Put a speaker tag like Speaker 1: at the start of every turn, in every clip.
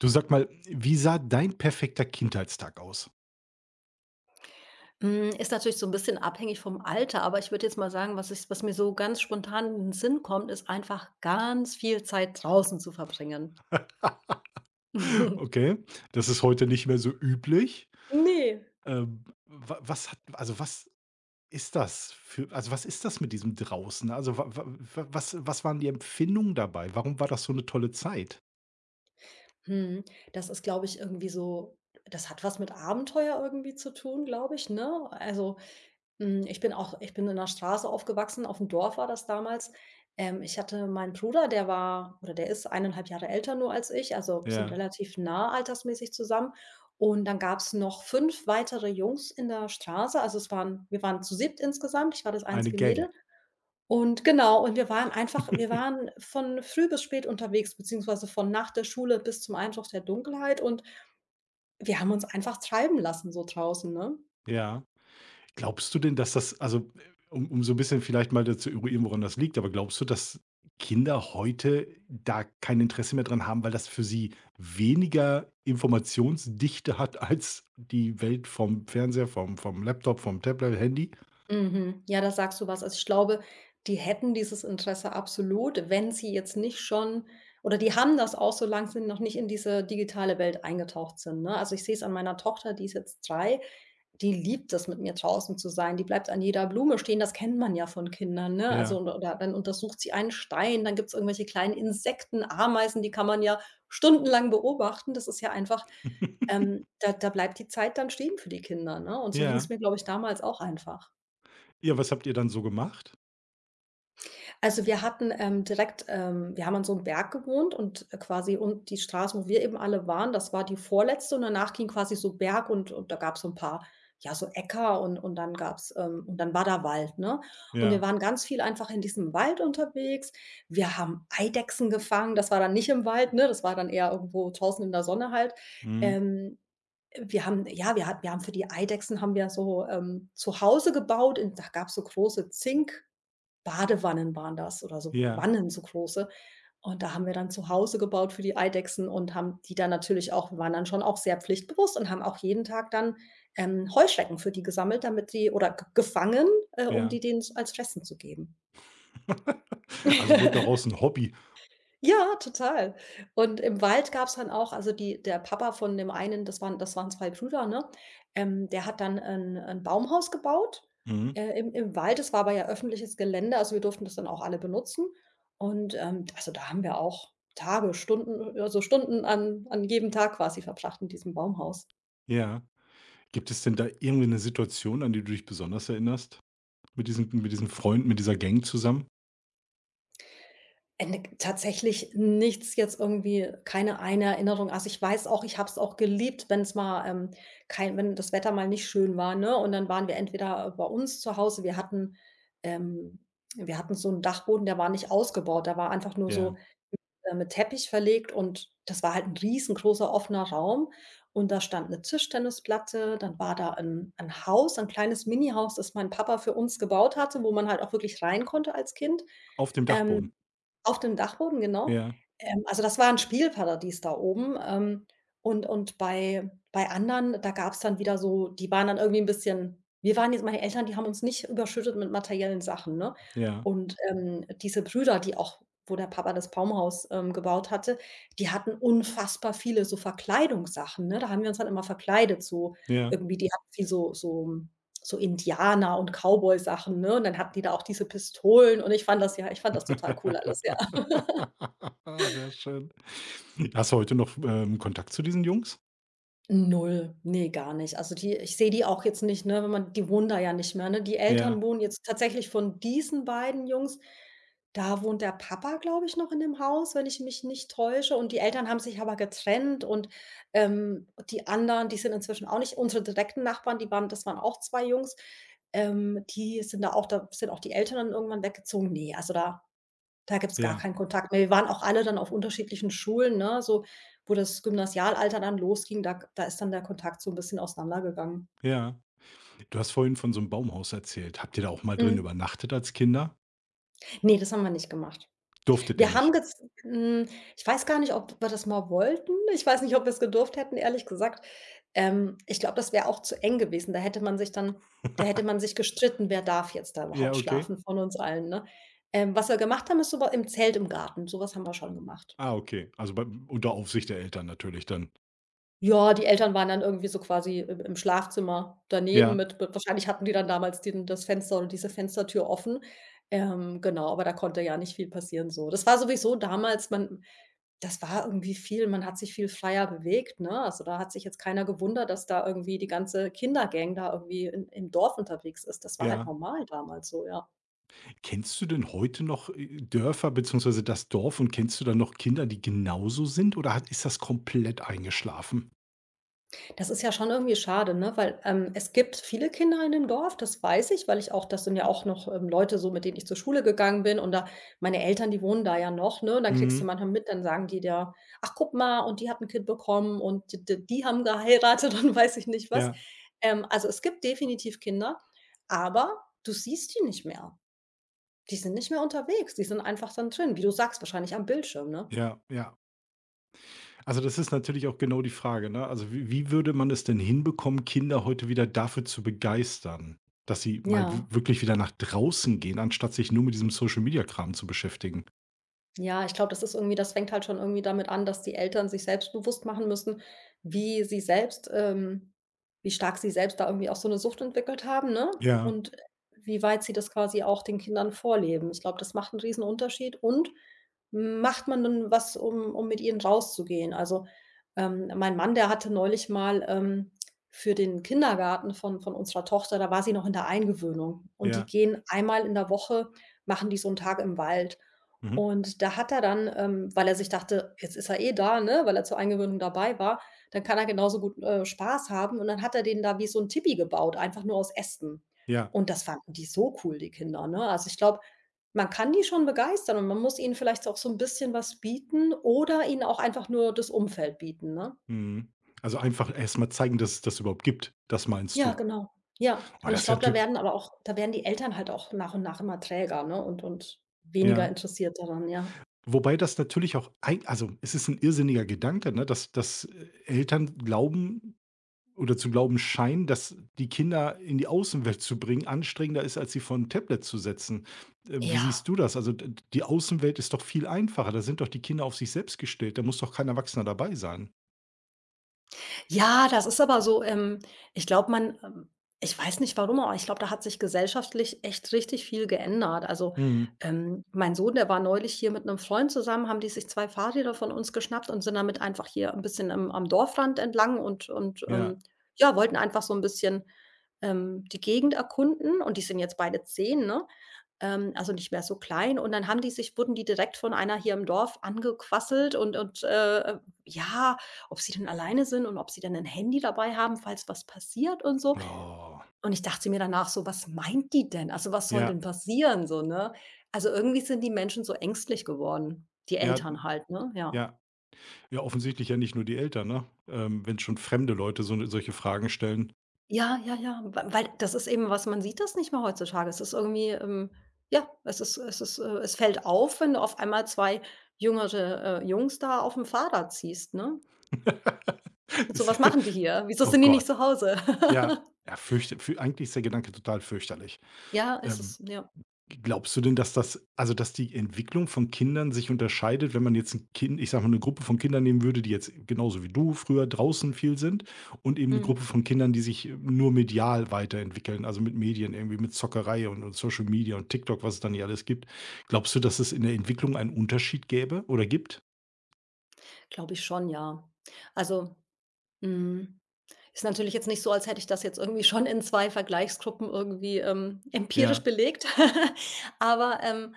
Speaker 1: Du, sag mal, wie sah dein perfekter Kindheitstag aus?
Speaker 2: Ist natürlich so ein bisschen abhängig vom Alter, aber ich würde jetzt mal sagen, was ich was mir so ganz spontan in den Sinn kommt, ist einfach ganz viel Zeit draußen zu verbringen.
Speaker 1: Okay, das ist heute nicht mehr so üblich.
Speaker 2: Ne.
Speaker 1: Wa was hat also, was ist das für also, was ist das mit diesem draußen? Also, wa wa wa was waren die Empfindungen dabei? Warum war das so eine tolle Zeit?
Speaker 2: Mhm, Das ist, glaube ich, irgendwie so das hat was mit Abenteuer irgendwie zu tun, glaube ich, ne? Also, ich bin auch ich bin in der Straße aufgewachsen, auf dem Dorf war das damals. Ich hatte meinen Bruder, der war oder der ist eineinhalb Jahre älter nur als ich, also sind
Speaker 1: Ja,
Speaker 2: relativ nah altersmäßig zusammen. Und dann gab es noch 5 weitere Jungs in der Straße. Also, es waren wir waren zu siebt insgesamt. Ich war das
Speaker 1: eine
Speaker 2: einzige Mädel.
Speaker 1: Gang.
Speaker 2: Und genau, und wir waren von früh bis spät unterwegs, beziehungsweise von nach der Schule bis zum Einbruch der Dunkelheit und wir haben uns einfach treiben lassen so draußen, ne?
Speaker 1: Ja. Glaubst du denn, dass das also, um so ein bisschen vielleicht mal zu eruieren, woran das liegt, aber glaubst du, dass Kinder heute da kein Interesse mehr dran haben, weil das für sie weniger Informationsdichte hat als die Welt vom Fernseher, vom Laptop, vom Tablet, Handy?
Speaker 2: Mhm. Ja, da sagst du was. Also, ich glaube, die hätten dieses Interesse absolut, wenn sie jetzt nicht schon oder die haben das auch, solange sie noch nicht in diese digitale Welt eingetaucht sind, ne? Also, ich sehe es an meiner Tochter, die ist jetzt 3. Die liebt es, mit mir draußen zu sein. Die bleibt an jeder Blume stehen, das kennt man ja von Kindern, ne? Also,
Speaker 1: Ja.
Speaker 2: und oder dann untersucht sie einen Stein, dann gibt es irgendwelche kleinen Insekten, Ameisen, die kann man ja stundenlang beobachten. Das ist ja einfach ähm, da da bleibt die Zeit dann stehen für die Kinder, ne? Und so ging es
Speaker 1: Ja.
Speaker 2: mir, glaube ich, damals auch einfach.
Speaker 1: Ja, was habt ihr dann so gemacht?
Speaker 2: Also, wir hatten, direkt wir haben an so einem Berg gewohnt und quasi und die Straße, wo wir eben alle waren, das war die vorletzte und danach ging quasi so Berg und da gab es so ein paar, ja, so Äcker und dann gab's und dann war da Wald, ne? Und wir
Speaker 1: Ja.
Speaker 2: waren ganz viel einfach in diesem Wald unterwegs. Wir haben Eidechsen gefangen, das war dann nicht im Wald, ne? Das war dann eher irgendwo draußen in der Sonne halt.
Speaker 1: Mhm.
Speaker 2: Ähm, Wir haben ja, wir haben für die Eidechsen haben wir so, zu Hause gebaut und da gab es so große Zink Badewannen waren das oder so
Speaker 1: Ja,
Speaker 2: Wannen, so große. Und da haben wir dann zu Hause gebaut für die Eidechsen und haben die dann natürlich auch wir waren dann schon auch sehr pflichtbewusst und haben auch jeden Tag dann, Heuschrecken für die gesammelt, damit die oder ge gefangen, um
Speaker 1: ja.
Speaker 2: die denen z als Fressen zu geben.
Speaker 1: Also, wurde daraus ein Hobby.
Speaker 2: Ja, total. Und im Wald gab's dann auch also die der Papa von dem einen, das waren 2 Brüder, ne? Der hat dann 'n Baumhaus gebaut,
Speaker 1: Mhm.
Speaker 2: im im Wald. Das war aber ja öffentliches Gelände, also wir durften das dann auch alle benutzen. Und, also da haben wir auch Tage, Stunden an an jedem Tag quasi verbracht in diesem Baumhaus.
Speaker 1: Ja. Gibt es denn da irgendwie eine Situation, an die du dich besonders erinnerst? Mit diesem Freund, mit dieser Gang zusammen?
Speaker 2: Ende tatsächlich nichts jetzt irgendwie keine eine Erinnerung. Also, ich weiß auch, ich habe es auch geliebt, wenn es mal, kein wenn das Wetter mal nicht schön war, ne? Und dann waren wir entweder bei uns zu Hause ähm wir hatten so einen Dachboden, der war nicht ausgebaut. Da war einfach nur
Speaker 1: Ja.
Speaker 2: so mit Teppich verlegt und das war halt ein riesengroßer offener Raum und da stand eine Tischtennisplatte, dann war da ein Haus, ein kleines Mini-Haus, das mein Papa für uns gebaut hatte, wo man halt auch wirklich rein konnte als Kind,
Speaker 1: Auf dem
Speaker 2: ähm,
Speaker 1: Dachboden.
Speaker 2: auf dem Dachboden, genau.
Speaker 1: Ja,
Speaker 2: Also, das war ein Spielparadies da oben, und bei anderen, da gab es dann wieder so die waren dann irgendwie ein bisschen wir waren jetzt meine Eltern, die haben uns nicht überschüttet mit materiellen Sachen, ne?
Speaker 1: ja,
Speaker 2: Und, diese Brüder, die auch wo der Papa das Baumhaus, gebaut hatte, die hatten unfassbar viele so Verkleidungssachen, ne? Da haben wir uns dann immer verkleidet, so
Speaker 1: ja.
Speaker 2: irgendwie die hatten viel so Indianer und Cowboy-Sachen, ne? Und dann hatten die da auch diese Pistolen und ich fand das ja ich fand das total cool alles, ja.
Speaker 1: Sehr schön. Hast du heute noch, Kontakt zu diesen Jungs?
Speaker 2: Null, nee, gar nicht. Also, die ich sehe die auch jetzt nicht, ne, wenn man die wohnen da ja nicht mehr, ne? Die Eltern
Speaker 1: Ja,
Speaker 2: wohnen jetzt tatsächlich von diesen beiden Jungs da wohnt der Papa, glaube ich, noch in dem Haus, wenn ich mich nicht täusche, und die Eltern haben sich aber getrennt und, die anderen, die sind inzwischen auch nicht unsere direkten Nachbarn, die waren das waren auch 2 Jungs, die sind da auch da sind auch die Eltern dann irgendwann weggezogen. Ne, also da gibt's gar
Speaker 1: ja,
Speaker 2: keinen Kontakt mehr. Wir waren auch alle dann auf unterschiedlichen Schulen, ne, so wo das Gymnasialalter dann losging, da ist dann der Kontakt so 'n bisschen auseinandergegangen.
Speaker 1: ja. Du hast vorhin von so einem Baumhaus erzählt. Habt ihr da auch mal drin
Speaker 2: Mhm.
Speaker 1: übernachtet als Kinder?
Speaker 2: Ne, das haben wir nicht gemacht.
Speaker 1: Durftet ihr
Speaker 2: Wir haben
Speaker 1: nicht?
Speaker 2: gez hm, ich weiß gar nicht, ob wir das mal wollten. Ich weiß nicht, ob wir's gedurft hätten, ehrlich gesagt. Ich glaube, das wäre auch zu eng gewesen. Da hätte man sich gestritten, wer darf jetzt da
Speaker 1: Ja,
Speaker 2: überhaupt
Speaker 1: okay.
Speaker 2: schlafen von uns allen, ne? Was wir gemacht haben, ist so wa im Zelt im Garten, so was haben wir schon gemacht.
Speaker 1: Ah, okay. Also, bei unter Aufsicht der Eltern natürlich dann.
Speaker 2: Ja, die Eltern waren dann irgendwie so quasi im im Schlafzimmer daneben
Speaker 1: Ja,
Speaker 2: mit wahrscheinlich hatten die dann damals den das Fenster oder diese Fenstertür offen. Genau, aber da konnte ja nicht viel passieren so. Das war sowieso damals man das war irgendwie viel man hat sich viel freier bewegt, ne? Also, da hat sich jetzt keiner gewundert, dass da irgendwie die ganze Kindergang da irgendwie in im Dorf unterwegs ist. Das war halt
Speaker 1: ja.
Speaker 2: normal damals so, ja.
Speaker 1: Kennst du denn heute noch, Dörfer beziehungsweise das Dorf und kennst du dann noch Kinder, die genauso sind oder hat ist das komplett eingeschlafen?
Speaker 2: Das ist ja schon irgendwie schade, ne? Weil, es gibt viele Kinder in dem Dorf, das weiß ich, weil ich auch das sind ja auch noch, Leute so, mit denen ich zur Schule gegangen bin und da meine Eltern, die wohnen da ja noch, ne? Und dann kriegst du
Speaker 1: Mhm.
Speaker 2: manchmal mit, dann sagen die dir: „Ach, guck mal, und die hat ein Kind bekommen und d d die haben geheiratet“ und weiß ich nicht was.
Speaker 1: Ja,
Speaker 2: Also, es gibt definitiv Kinder, aber du siehst die nicht mehr. Die sind nicht mehr unterwegs, die sind einfach dann drin, wie du sagst, wahrscheinlich am Bildschirm, ne?
Speaker 1: ja, ja. Also, das ist natürlich auch genau die Frage, ne? Also, wie würde man es denn hinbekommen, Kinder heute wieder dafür zu begeistern, dass sie mal w
Speaker 2: Ja.
Speaker 1: wirklich wieder nach draußen gehen, anstatt sich nur mit diesem Social-Media-Kram zu beschäftigen?
Speaker 2: Ja, ich glaube, das fängt halt schon irgendwie damit an, dass die Eltern sich selbst bewusst machen müssen, wie sie selbst wie stark sie selbst da irgendwie auch so eine Sucht entwickelt haben, ne?
Speaker 1: Ja,
Speaker 2: Und wie weit sie das quasi auch den Kindern vorleben. Ich glaube, das macht einen riesen Unterschied. Und macht man dann was, um um mit ihnen rauszugehen? Also, mein Mann, der hatte neulich mal, für den Kindergarten von unserer Tochter da war sie noch in der Eingewöhnung und die
Speaker 1: ja,
Speaker 2: gehen einmal in der Woche machen die so einen Tag im Wald.
Speaker 1: mhm,
Speaker 2: Und da hat er dann, weil er sich dachte, jetzt ist er eh da, ne, weil er zur Eingewöhnung dabei war, dann kann er genauso gut, Spaß haben. Und dann hat er denen da wie so 'n Tipi gebaut, einfach nur aus Ästen.
Speaker 1: ja,
Speaker 2: Und das fanden die so cool, die Kinder, ne? Also, ich glaube, man kann die schon begeistern und man muss ihnen vielleicht auch so 'n bisschen was bieten oder ihnen auch einfach nur das Umfeld bieten, ne?
Speaker 1: mhm. Also, einfach erst mal zeigen, dass es das überhaupt gibt. Das meinst
Speaker 2: Ja,
Speaker 1: du?
Speaker 2: genau. Ja,
Speaker 1: Oh,
Speaker 2: und ich
Speaker 1: das ist ja
Speaker 2: glaube,
Speaker 1: natür
Speaker 2: da werden die Eltern halt auch nach und nach immer träger, ne, und weniger
Speaker 1: ja.
Speaker 2: interessiert daran, ja.
Speaker 1: Wobei das natürlich auch eig also, es ist ein irrsinniger Gedanke, ne, dass Eltern glauben oder zu glauben scheinen, dass die Kinder in die Außenwelt zu bringen anstrengender ist, als sie vor ein Tablet zu setzen. Wie
Speaker 2: Ja.
Speaker 1: siehst du das? Also, d Die Außenwelt ist doch viel einfacher. Da sind doch die Kinder auf sich selbst gestellt. Da muss doch kein Erwachsener dabei sein.
Speaker 2: Ja, das ist aber so, ich glaube, man ich weiß nicht warum, aber ich glaube, da hat sich gesellschaftlich echt richtig viel geändert. Also,
Speaker 1: Mhm.
Speaker 2: mein Sohn, der war neulich hier mit einem Freund zusammen, haben die sich 2 Fahrräder von uns geschnappt und sind damit einfach hier ein bisschen am am Dorfrand entlang und
Speaker 1: Ja.
Speaker 2: ja, wollten einfach so ein bisschen, die Gegend erkunden und die sind jetzt beide 10. Ne? Also nicht mehr so klein. Und dann haben die sich wurden die direkt von einer hier im Dorf angequasselt und ja, ob sie denn alleine sind und ob sie denn ein Handy dabei haben, falls was passiert und so.
Speaker 1: Oh.
Speaker 2: Und ich dachte mir danach so: „Was meint die denn? Also, was soll denn
Speaker 1: Ja,
Speaker 2: passieren so, ne?“ Also, irgendwie sind die Menschen so ängstlich geworden, die
Speaker 1: ja,
Speaker 2: Eltern
Speaker 1: hm,
Speaker 2: halt, ne? Ja.
Speaker 1: ja. Ja, offensichtlich ja nicht nur die Eltern, ne? Wenn schon fremde Leute solche Fragen stellen.
Speaker 2: Ja, ja, ja, w weil das ist eben was man sieht das nicht mehr heutzutage. Es ist irgendwie, ja, es ist, es fällt auf, wenn du auf einmal 2 jüngere, Jungs da auf dem Fahrrad ziehst. Ne? Und so:
Speaker 1: Ist
Speaker 2: „Was machen die hier? Wieso
Speaker 1: oh
Speaker 2: sind die nicht
Speaker 1: Gott.
Speaker 2: zu Hause?"
Speaker 1: Ja, ja, fürchte fü eigentlich ist der Gedanke total fürchterlich.
Speaker 2: Ja, es
Speaker 1: Ähm,
Speaker 2: ist ja.
Speaker 1: glaubst du denn, dass das also, dass die Entwicklung von Kindern sich unterscheidet, wenn man jetzt ein Kind ich sage mal, eine Gruppe von Kindern nehmen würde, die jetzt genauso wie du früher draußen viel sind und eben eine
Speaker 2: Mhm.
Speaker 1: Gruppe von Kindern, die sich nur medial weiterentwickeln, also, mit Medien irgendwie, mit Zockerei und Social Media und TikTok, was es dann nicht alles gibt. Glaubst du, dass es in der Entwicklung einen Unterschied gäbe oder gibt?
Speaker 2: Glaube ich schon, ja. Also, mhm, ist natürlich jetzt nicht so, als hätte ich das jetzt irgendwie schon in 2 Vergleichsgruppen irgendwie, empirisch
Speaker 1: Ja,
Speaker 2: belegt, aber,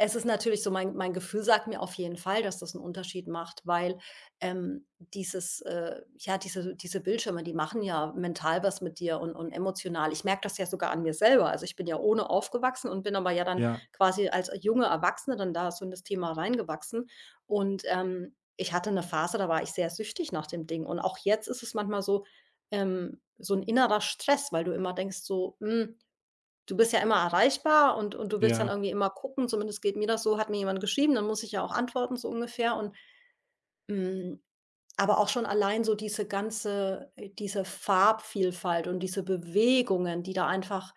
Speaker 2: es ist natürlich so, mein Gefühl sagt mir auf jeden Fall, dass das einen Unterschied macht, weil dieses ja, diese Bildschirme, die machen ja mental was mit dir und emotional. Ich merke das ja sogar an mir selber. Also, ich bin ja ohne aufgewachsen und bin aber ja dann
Speaker 1: ja,
Speaker 2: quasi als junge Erwachsene dann da so in das Thema reingewachsen. Und ich hatte eine Phase, da war ich sehr süchtig nach dem Ding. Und auch jetzt ist es manchmal so, so ein innerer Stress, weil du immer denkst so: „Hm, du bist ja immer erreichbar und du willst dann
Speaker 1: ja,
Speaker 2: irgendwie immer gucken, zumindest geht mir das so, hat mir jemand geschrieben, dann muss ich ja auch antworten, so ungefähr." Und, hm, aber auch schon allein so diese ganze diese Farbvielfalt und diese Bewegungen, die da einfach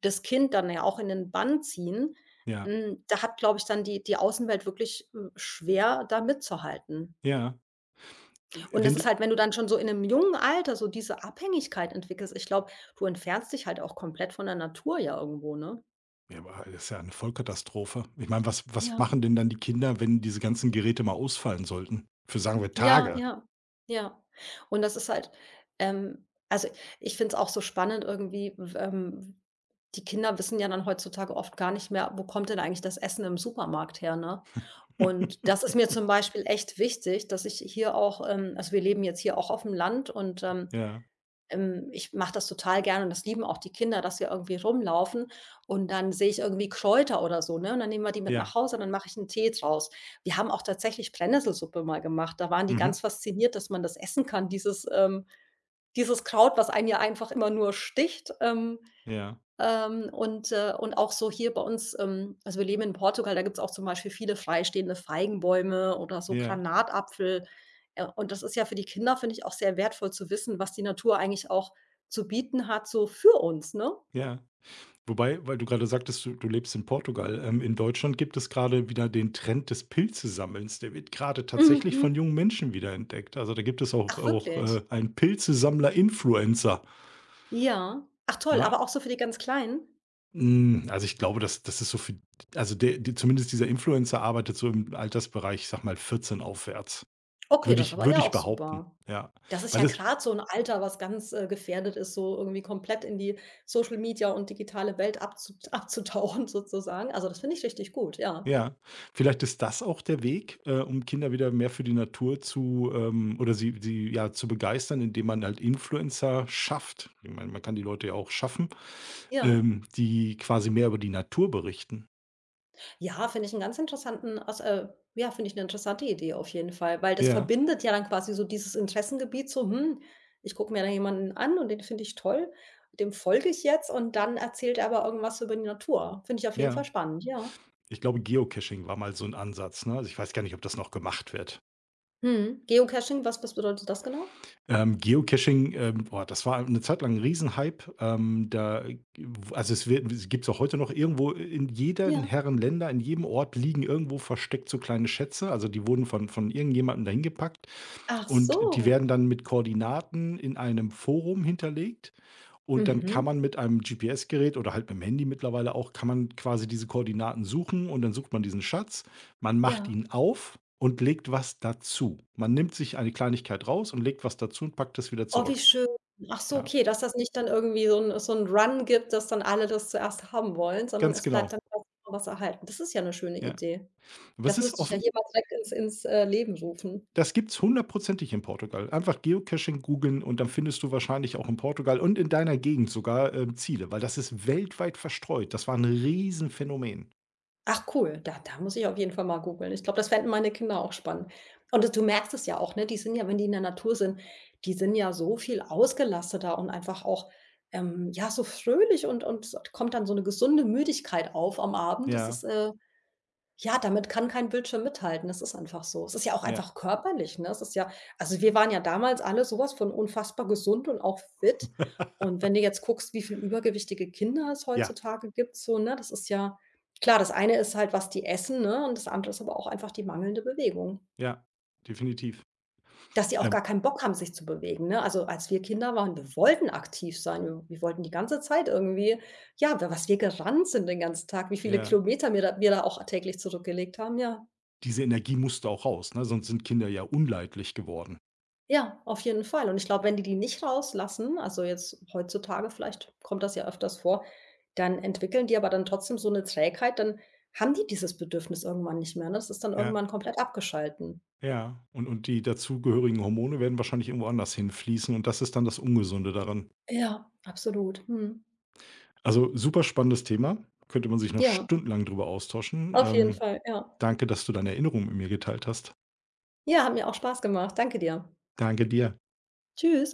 Speaker 2: das Kind dann ja auch in den Bann ziehen,
Speaker 1: ja,
Speaker 2: hm, da hat, glaube ich, dann die Außenwelt wirklich, schwer, da mitzuhalten.
Speaker 1: ja.
Speaker 2: Und
Speaker 1: Wenn
Speaker 2: das ist
Speaker 1: du
Speaker 2: halt, wenn du dann schon so in einem jungen Alter so diese Abhängigkeit entwickelst, ich glaube, du entfernst dich halt auch komplett von der Natur, ja irgendwo, ne?
Speaker 1: ja, aber das ist ja eine Vollkatastrophe. Ich meine, was
Speaker 2: Ja.
Speaker 1: machen denn dann die Kinder, wenn diese ganzen Geräte mal ausfallen sollten? Für, sagen wir,
Speaker 2: Ja,
Speaker 1: Tage.
Speaker 2: ja, ja. Und das ist halt also, ich finde es auch so spannend irgendwie, w die Kinder wissen ja dann heutzutage oft gar nicht mehr, wo kommt denn eigentlich das Essen im Supermarkt her, ne? Und das ist mir zum Beispiel echt wichtig, dass ich hier auch also, wir leben jetzt hier auch auf dem Land, und
Speaker 1: Ja,
Speaker 2: ich mache das total gerne und das lieben auch die Kinder, dass wir irgendwie rumlaufen und dann sehe ich irgendwie Kräuter oder so, ne? Und dann nehmen wir die mit nach
Speaker 1: ja,
Speaker 2: Hause und dann mache ich einen Tee draus. Wir haben auch tatsächlich Brennnesselsuppe mal gemacht. Da waren die
Speaker 1: mhm,
Speaker 2: ganz fasziniert, dass man das essen kann, dieses dieses Kraut, was einen ja einfach immer nur sticht.
Speaker 1: ja,
Speaker 2: Und auch so hier bei uns, also wir leben in Portugal, da gibt's auch zum Beispiel viele freistehende Feigenbäume oder so
Speaker 1: ja,
Speaker 2: Granatapfel. Und das ist ja für die Kinder, finde ich, auch sehr wertvoll zu wissen, was die Natur eigentlich auch zu bieten hat, so für uns, ne?
Speaker 1: ja. Wobei, weil du gerade sagtest, du lebst in Portugal. In Deutschland gibt es gerade wieder den Trend des Pilzesammelns. Der wird gerade tatsächlich
Speaker 2: Mhm.
Speaker 1: von jungen Menschen wieder entdeckt. Also, da gibt es
Speaker 2: Ach,
Speaker 1: auch,
Speaker 2: wirklich?
Speaker 1: einen Pilzesammler-Influencer,
Speaker 2: Ja. Ach toll,
Speaker 1: ne?
Speaker 2: aber auch so für die ganz Kleinen?
Speaker 1: Hm, also, ich glaube, dass das ist so für also, der die zumindest dieser Influencer arbeitet so im Altersbereich, ich sag mal, 14 aufwärts,
Speaker 2: Okay, das ist aber
Speaker 1: würde
Speaker 2: ja
Speaker 1: ich
Speaker 2: auch
Speaker 1: behaupten,
Speaker 2: super.
Speaker 1: ja.
Speaker 2: Das ist
Speaker 1: Weil
Speaker 2: ja
Speaker 1: es
Speaker 2: gerade so 'n Alter, was ganz, gefährdet ist, so irgendwie komplett in die Social Media und digitale Welt abzutauchen sozusagen. Also, das finde ich richtig gut, ja.
Speaker 1: ja, vielleicht ist das auch der Weg, um Kinder wieder mehr für die Natur zu, oder sie, ja, zu begeistern, indem man halt Influencer schafft. Ich meine, man kann die Leute ja auch schaffen,
Speaker 2: Ja,
Speaker 1: die quasi mehr über die Natur berichten.
Speaker 2: Ja, finde ich 'n ganz interessanten as ja, finde ich 'ne interessante Idee auf jeden Fall, weil das
Speaker 1: Ja,
Speaker 2: verbindet ja dann quasi so dieses Interessengebiet so: „Hm, ich gucke mir da jemanden an und den finde ich toll, dem folge ich jetzt und dann erzählt er aber irgendwas über die Natur." Finde ich auf jeden Fall
Speaker 1: ja.
Speaker 2: spannend, ja.
Speaker 1: Ich glaube, Geocaching war mal so ein Ansatz, ne? Also, ich weiß gar nicht, ob das noch gemacht wird.
Speaker 2: Mhm. Geocaching, was bedeutet das genau?
Speaker 1: Geocaching, boah, das war eine Zeit lang ein Riesenhype. Da also, es gibt's auch heute noch irgendwo in jedem
Speaker 2: Ja.
Speaker 1: Herrenländer, in jedem Ort liegen irgendwo versteckt so kleine Schätze. Also, die wurden von irgendjemandem dahin gepackt
Speaker 2: Ach
Speaker 1: und die
Speaker 2: so.
Speaker 1: werden dann mit Koordinaten in einem Forum hinterlegt und dann kann
Speaker 2: Mhm.
Speaker 1: man mit einem GPS-Gerät oder halt mit dem Handy mittlerweile auch kann man quasi diese Koordinaten suchen und dann sucht man diesen Schatz, man macht
Speaker 2: Ja.
Speaker 1: ihn auf und legt was dazu. Man nimmt sich eine Kleinigkeit raus und legt was dazu und packt das wieder
Speaker 2: Oh, wie
Speaker 1: zurück.
Speaker 2: schön. Ach so,
Speaker 1: Ja,
Speaker 2: okay, dass das nicht dann irgendwie so 'n Run gibt, dass dann alle das zuerst haben wollen, sondern
Speaker 1: ganz
Speaker 2: es bleibt
Speaker 1: genau.
Speaker 2: dann auch was erhalten. Das ist ja 'ne schöne
Speaker 1: Ja.
Speaker 2: Idee.
Speaker 1: Aber es
Speaker 2: Das
Speaker 1: ist
Speaker 2: müsste ich ja
Speaker 1: offen,
Speaker 2: hier mal direkt ins Leben rufen.
Speaker 1: das gibt's hundertprozentig in Portugal. Einfach Geocaching googeln und dann findest du wahrscheinlich auch in Portugal und in deiner Gegend sogar, Ziele, weil das ist weltweit verstreut. Das war 'n Riesenphänomen.
Speaker 2: Ach cool, da muss ich auf jeden Fall mal googeln. Ich glaube, das fänden meine Kinder auch spannend. Und d du merkst es ja auch, ne? Die sind ja, wenn die in der Natur sind, die sind ja so viel ausgelasteter und einfach auch, ja, so fröhlich und es kommt dann so 'ne gesunde Müdigkeit auf am Abend. Das ist,
Speaker 1: Ja,
Speaker 2: äh, ja, damit kann kein Bildschirm mithalten. Das ist einfach so. Es ist ja auch
Speaker 1: ja.
Speaker 2: einfach körperlich, ne? Es ist ja, also, wir waren ja damals alle sowas von unfassbar gesund und auch fit. Und wenn du jetzt guckst, wie viel übergewichtige Kinder es
Speaker 1: Ja,
Speaker 2: heutzutage gibt, so, ne, das ist ja klar, das eine ist halt, was die essen, ne, und das andere ist aber auch einfach die mangelnde Bewegung.
Speaker 1: ja, definitiv.
Speaker 2: Dass die auch gar
Speaker 1: Ähm,
Speaker 2: keinen Bock haben, sich zu bewegen, ne? Also, als wir Kinder waren, wir wollten aktiv sein. Wir wollten die ganze Zeit irgendwie, ja, was wir gerannt sind den ganzen Tag, wie viele
Speaker 1: ja,
Speaker 2: Kilometer mir da wir da auch täglich zurückgelegt haben, ja.
Speaker 1: diese Energie musste auch raus, ne, sonst sind Kinder ja unleidlich geworden.
Speaker 2: Ja, auf jeden Fall. Und ich glaube, wenn die die nicht rauslassen, also jetzt heutzutage, vielleicht kommt das ja öfters vor, dann entwickeln die aber dann trotzdem so 'ne Trägheit, dann haben die dieses Bedürfnis irgendwann nicht mehr, ne? Das ist dann
Speaker 1: Ja,
Speaker 2: irgendwann komplett abgeschalten.
Speaker 1: ja. Und die dazugehörigen Hormone werden wahrscheinlich irgendwo anders hinfließen und das ist dann das Ungesunde daran.
Speaker 2: Ja, absolut. Mhm.
Speaker 1: Also, super spannendes Thema, könnte man sich noch
Speaker 2: Ja,
Speaker 1: stundenlang drüber austauschen.
Speaker 2: auf jeden Fall, ja.
Speaker 1: Danke, dass du deine Erinnerungen mit mir geteilt hast.
Speaker 2: Ja, hat mir auch Spaß gemacht. Danke dir.
Speaker 1: Danke dir.
Speaker 2: Tschüss.